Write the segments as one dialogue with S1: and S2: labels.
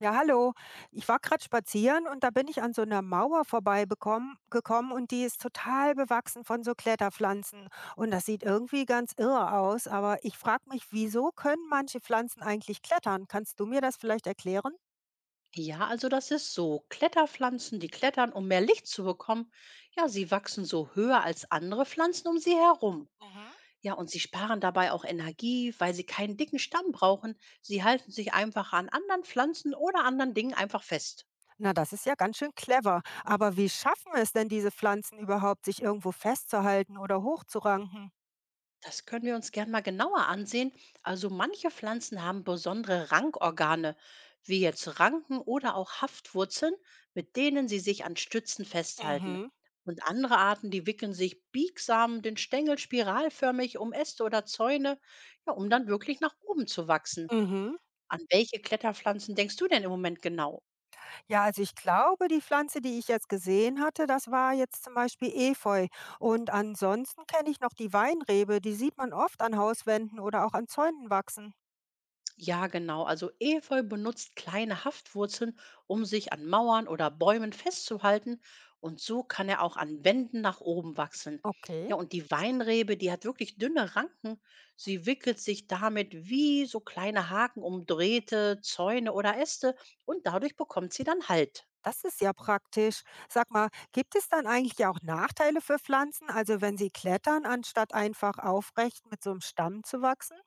S1: Ja, hallo. Ich war gerade spazieren und da bin ich an so einer Mauer gekommen und die ist total bewachsen von so Kletterpflanzen. Und das sieht irgendwie ganz irre aus, aber ich frage mich, wieso können manche Pflanzen eigentlich klettern? Kannst du mir das vielleicht erklären?
S2: Ja, also das ist so. Kletterpflanzen, die klettern, um mehr Licht zu bekommen. Ja, sie wachsen so höher als andere Pflanzen um sie herum.
S1: Mhm.
S2: Ja, und sie sparen dabei auch Energie, weil sie keinen dicken Stamm brauchen. Sie halten sich einfach an anderen Pflanzen oder anderen Dingen einfach fest.
S1: Na, das ist ja ganz schön clever. Aber wie schaffen es denn diese Pflanzen überhaupt, sich irgendwo festzuhalten oder hochzuranken?
S2: Das können wir uns gern mal genauer ansehen. Also manche Pflanzen haben besondere Rankorgane, wie jetzt Ranken oder auch Haftwurzeln, mit denen sie sich an Stützen festhalten.
S1: Mhm.
S2: Und andere Arten, die wickeln sich biegsam den Stängel spiralförmig um Äste oder Zäune, ja, um dann wirklich nach oben zu wachsen.
S1: Mhm.
S2: An welche Kletterpflanzen denkst du denn im Moment genau?
S1: Ja, also ich glaube, die Pflanze, die ich jetzt gesehen hatte, das war jetzt zum Beispiel Efeu. Und ansonsten kenne ich noch die Weinrebe, die sieht man oft an Hauswänden oder auch an Zäunen wachsen.
S2: Ja, genau. Also Efeu benutzt kleine Haftwurzeln, um sich an Mauern oder Bäumen festzuhalten. Und so kann er auch an Wänden nach oben wachsen.
S1: Okay.
S2: Ja, und die Weinrebe, die hat wirklich dünne Ranken. Sie wickelt sich damit wie so kleine Haken um Drähte, Zäune oder Äste und dadurch bekommt sie dann Halt.
S1: Das ist ja praktisch. Sag mal, gibt es dann eigentlich auch Nachteile für Pflanzen, also wenn sie klettern, anstatt einfach aufrecht mit so einem Stamm zu wachsen?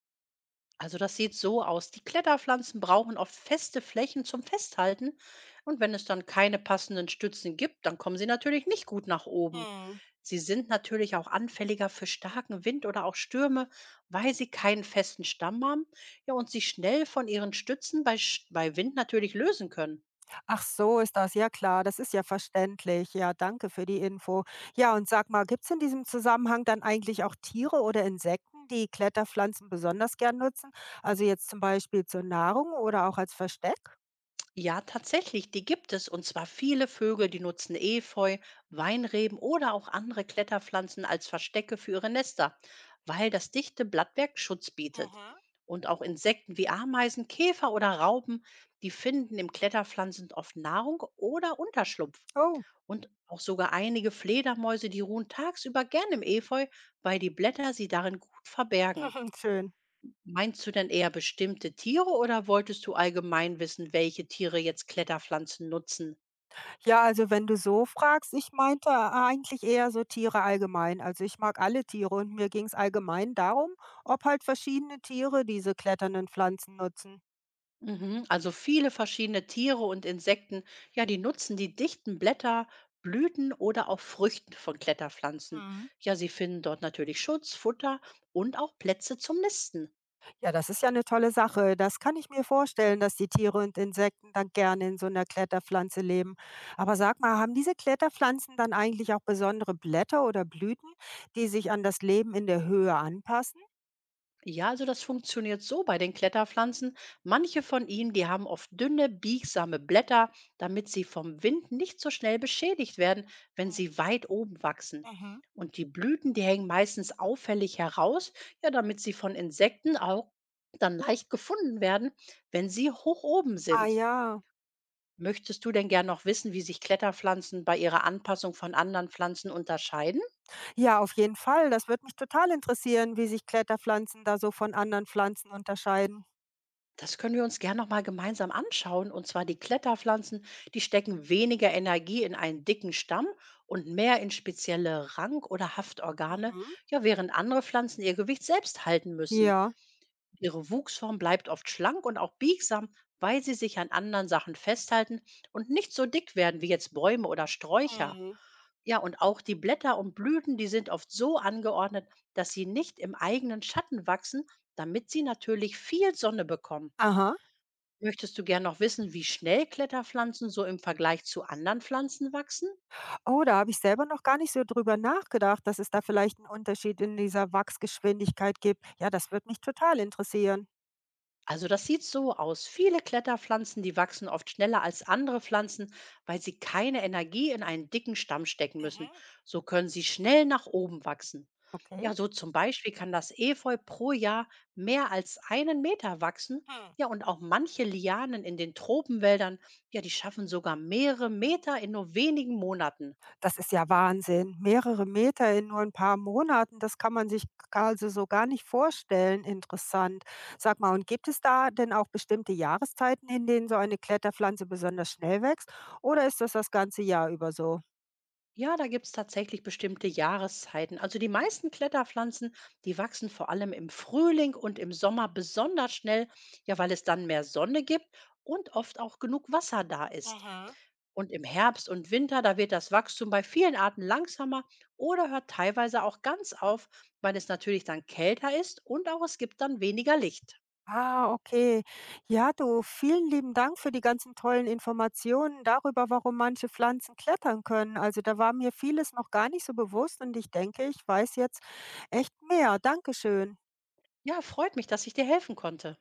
S2: Also das sieht so aus. Die Kletterpflanzen brauchen oft feste Flächen zum Festhalten. Und wenn es dann keine passenden Stützen gibt, dann kommen sie natürlich nicht gut nach oben.
S1: Hm.
S2: Sie sind natürlich auch anfälliger für starken Wind oder auch Stürme, weil sie keinen festen Stamm haben, ja, und sich schnell von ihren Stützen bei Wind natürlich lösen können.
S1: Ach so, ist das. Ja klar, das ist ja verständlich. Ja, danke für die Info. Ja, und sag mal, gibt es in diesem Zusammenhang dann eigentlich auch Tiere oder Insekten, die Kletterpflanzen besonders gern nutzen? Also jetzt zum Beispiel zur Nahrung oder auch als Versteck?
S2: Ja, tatsächlich, die gibt es. Und zwar viele Vögel, die nutzen Efeu, Weinreben oder auch andere Kletterpflanzen als Verstecke für ihre Nester, weil das dichte Blattwerk Schutz bietet.
S1: Mhm.
S2: Und auch Insekten wie Ameisen, Käfer oder Raupen, die finden im Kletterpflanzen oft Nahrung oder Unterschlupf.
S1: Oh,
S2: Und auch sogar einige Fledermäuse, die ruhen tagsüber gern im Efeu, weil die Blätter sie darin gut verbergen.
S1: schön.
S2: Meinst du denn eher bestimmte Tiere oder wolltest du allgemein wissen, welche Tiere jetzt Kletterpflanzen nutzen?
S1: Ja, also wenn du so fragst, ich meinte eigentlich eher so Tiere allgemein. Also ich mag alle Tiere und mir ging es allgemein darum, ob halt verschiedene Tiere diese kletternden Pflanzen nutzen.
S2: Mhm. Also viele verschiedene Tiere und Insekten, ja, die nutzen die dichten Blätter, Blüten oder auch Früchten von Kletterpflanzen.
S1: Mhm.
S2: Ja, sie finden dort natürlich Schutz, Futter und auch Plätze zum Nisten.
S1: Ja, das ist ja eine tolle Sache. Das kann ich mir vorstellen, dass die Tiere und Insekten dann gerne in so einer Kletterpflanze leben. Aber sag mal, haben diese Kletterpflanzen dann eigentlich auch besondere Blätter oder Blüten, die sich an das Leben in der Höhe anpassen?
S2: Ja, also das funktioniert so bei den Kletterpflanzen. Manche von ihnen, die haben oft dünne, biegsame Blätter, damit sie vom Wind nicht so schnell beschädigt werden, wenn
S1: Mhm.
S2: sie weit oben wachsen.
S1: Mhm.
S2: Und die Blüten, die hängen meistens auffällig heraus, ja, damit sie von Insekten auch dann leicht gefunden werden, wenn sie hoch oben
S1: Ah
S2: sind.
S1: ja.
S2: Möchtest du denn gern noch wissen, wie sich Kletterpflanzen bei ihrer Anpassung von anderen Pflanzen unterscheiden?
S1: Ja, auf jeden Fall. Das würde mich total interessieren, wie sich Kletterpflanzen da so von anderen Pflanzen unterscheiden.
S2: Das können wir uns gern noch mal gemeinsam anschauen. Und zwar die Kletterpflanzen, die stecken weniger Energie in einen dicken Stamm und mehr in spezielle Rank- oder Haftorgane,
S1: Mhm.
S2: ja, während andere Pflanzen ihr Gewicht selbst halten müssen.
S1: Ja.
S2: Ihre Wuchsform bleibt oft schlank und auch biegsam, weil sie sich an anderen Sachen festhalten und nicht so dick werden wie jetzt Bäume oder Sträucher.
S1: Mhm.
S2: Ja, und auch die Blätter und Blüten, die sind oft so angeordnet, dass sie nicht im eigenen Schatten wachsen, damit sie natürlich viel Sonne bekommen.
S1: Aha.
S2: Möchtest du gern noch wissen, wie schnell Kletterpflanzen so im Vergleich zu anderen Pflanzen wachsen?
S1: Oh, da habe ich selber noch gar nicht so drüber nachgedacht, dass es da vielleicht einen Unterschied in dieser Wachsgeschwindigkeit gibt. Ja, das würde mich total interessieren.
S2: Also das sieht so aus. Viele Kletterpflanzen, die wachsen oft schneller als andere Pflanzen, weil sie keine Energie in einen dicken Stamm stecken müssen.
S1: Mhm.
S2: So können sie schnell nach oben wachsen. Ja,
S1: Okay.
S2: so zum Beispiel kann das Efeu pro Jahr mehr als 1 Meter wachsen.
S1: Hm.
S2: Ja, und auch manche Lianen in den Tropenwäldern, ja, die schaffen sogar mehrere Meter in nur wenigen Monaten.
S1: Das ist ja Wahnsinn. Mehrere Meter in nur ein paar Monaten, das kann man sich also so gar nicht vorstellen. Interessant. Sag mal, und gibt es da denn auch bestimmte Jahreszeiten, in denen so eine Kletterpflanze besonders schnell wächst oder ist das das ganze Jahr über so?
S2: Ja, da gibt's tatsächlich bestimmte Jahreszeiten. Also die meisten Kletterpflanzen, die wachsen vor allem im Frühling und im Sommer besonders schnell, ja, weil es dann mehr Sonne gibt und oft auch genug Wasser da ist.
S1: Mhm.
S2: Und im Herbst und Winter, da wird das Wachstum bei vielen Arten langsamer oder hört teilweise auch ganz auf, weil es natürlich dann kälter ist und auch es gibt dann weniger Licht.
S1: Ah, okay. Ja, du, vielen lieben Dank für die ganzen tollen Informationen darüber, warum manche Pflanzen klettern können. Also da war mir vieles noch gar nicht so bewusst und ich denke, ich weiß jetzt echt mehr. Dankeschön.
S2: Ja, freut mich, dass ich dir helfen konnte.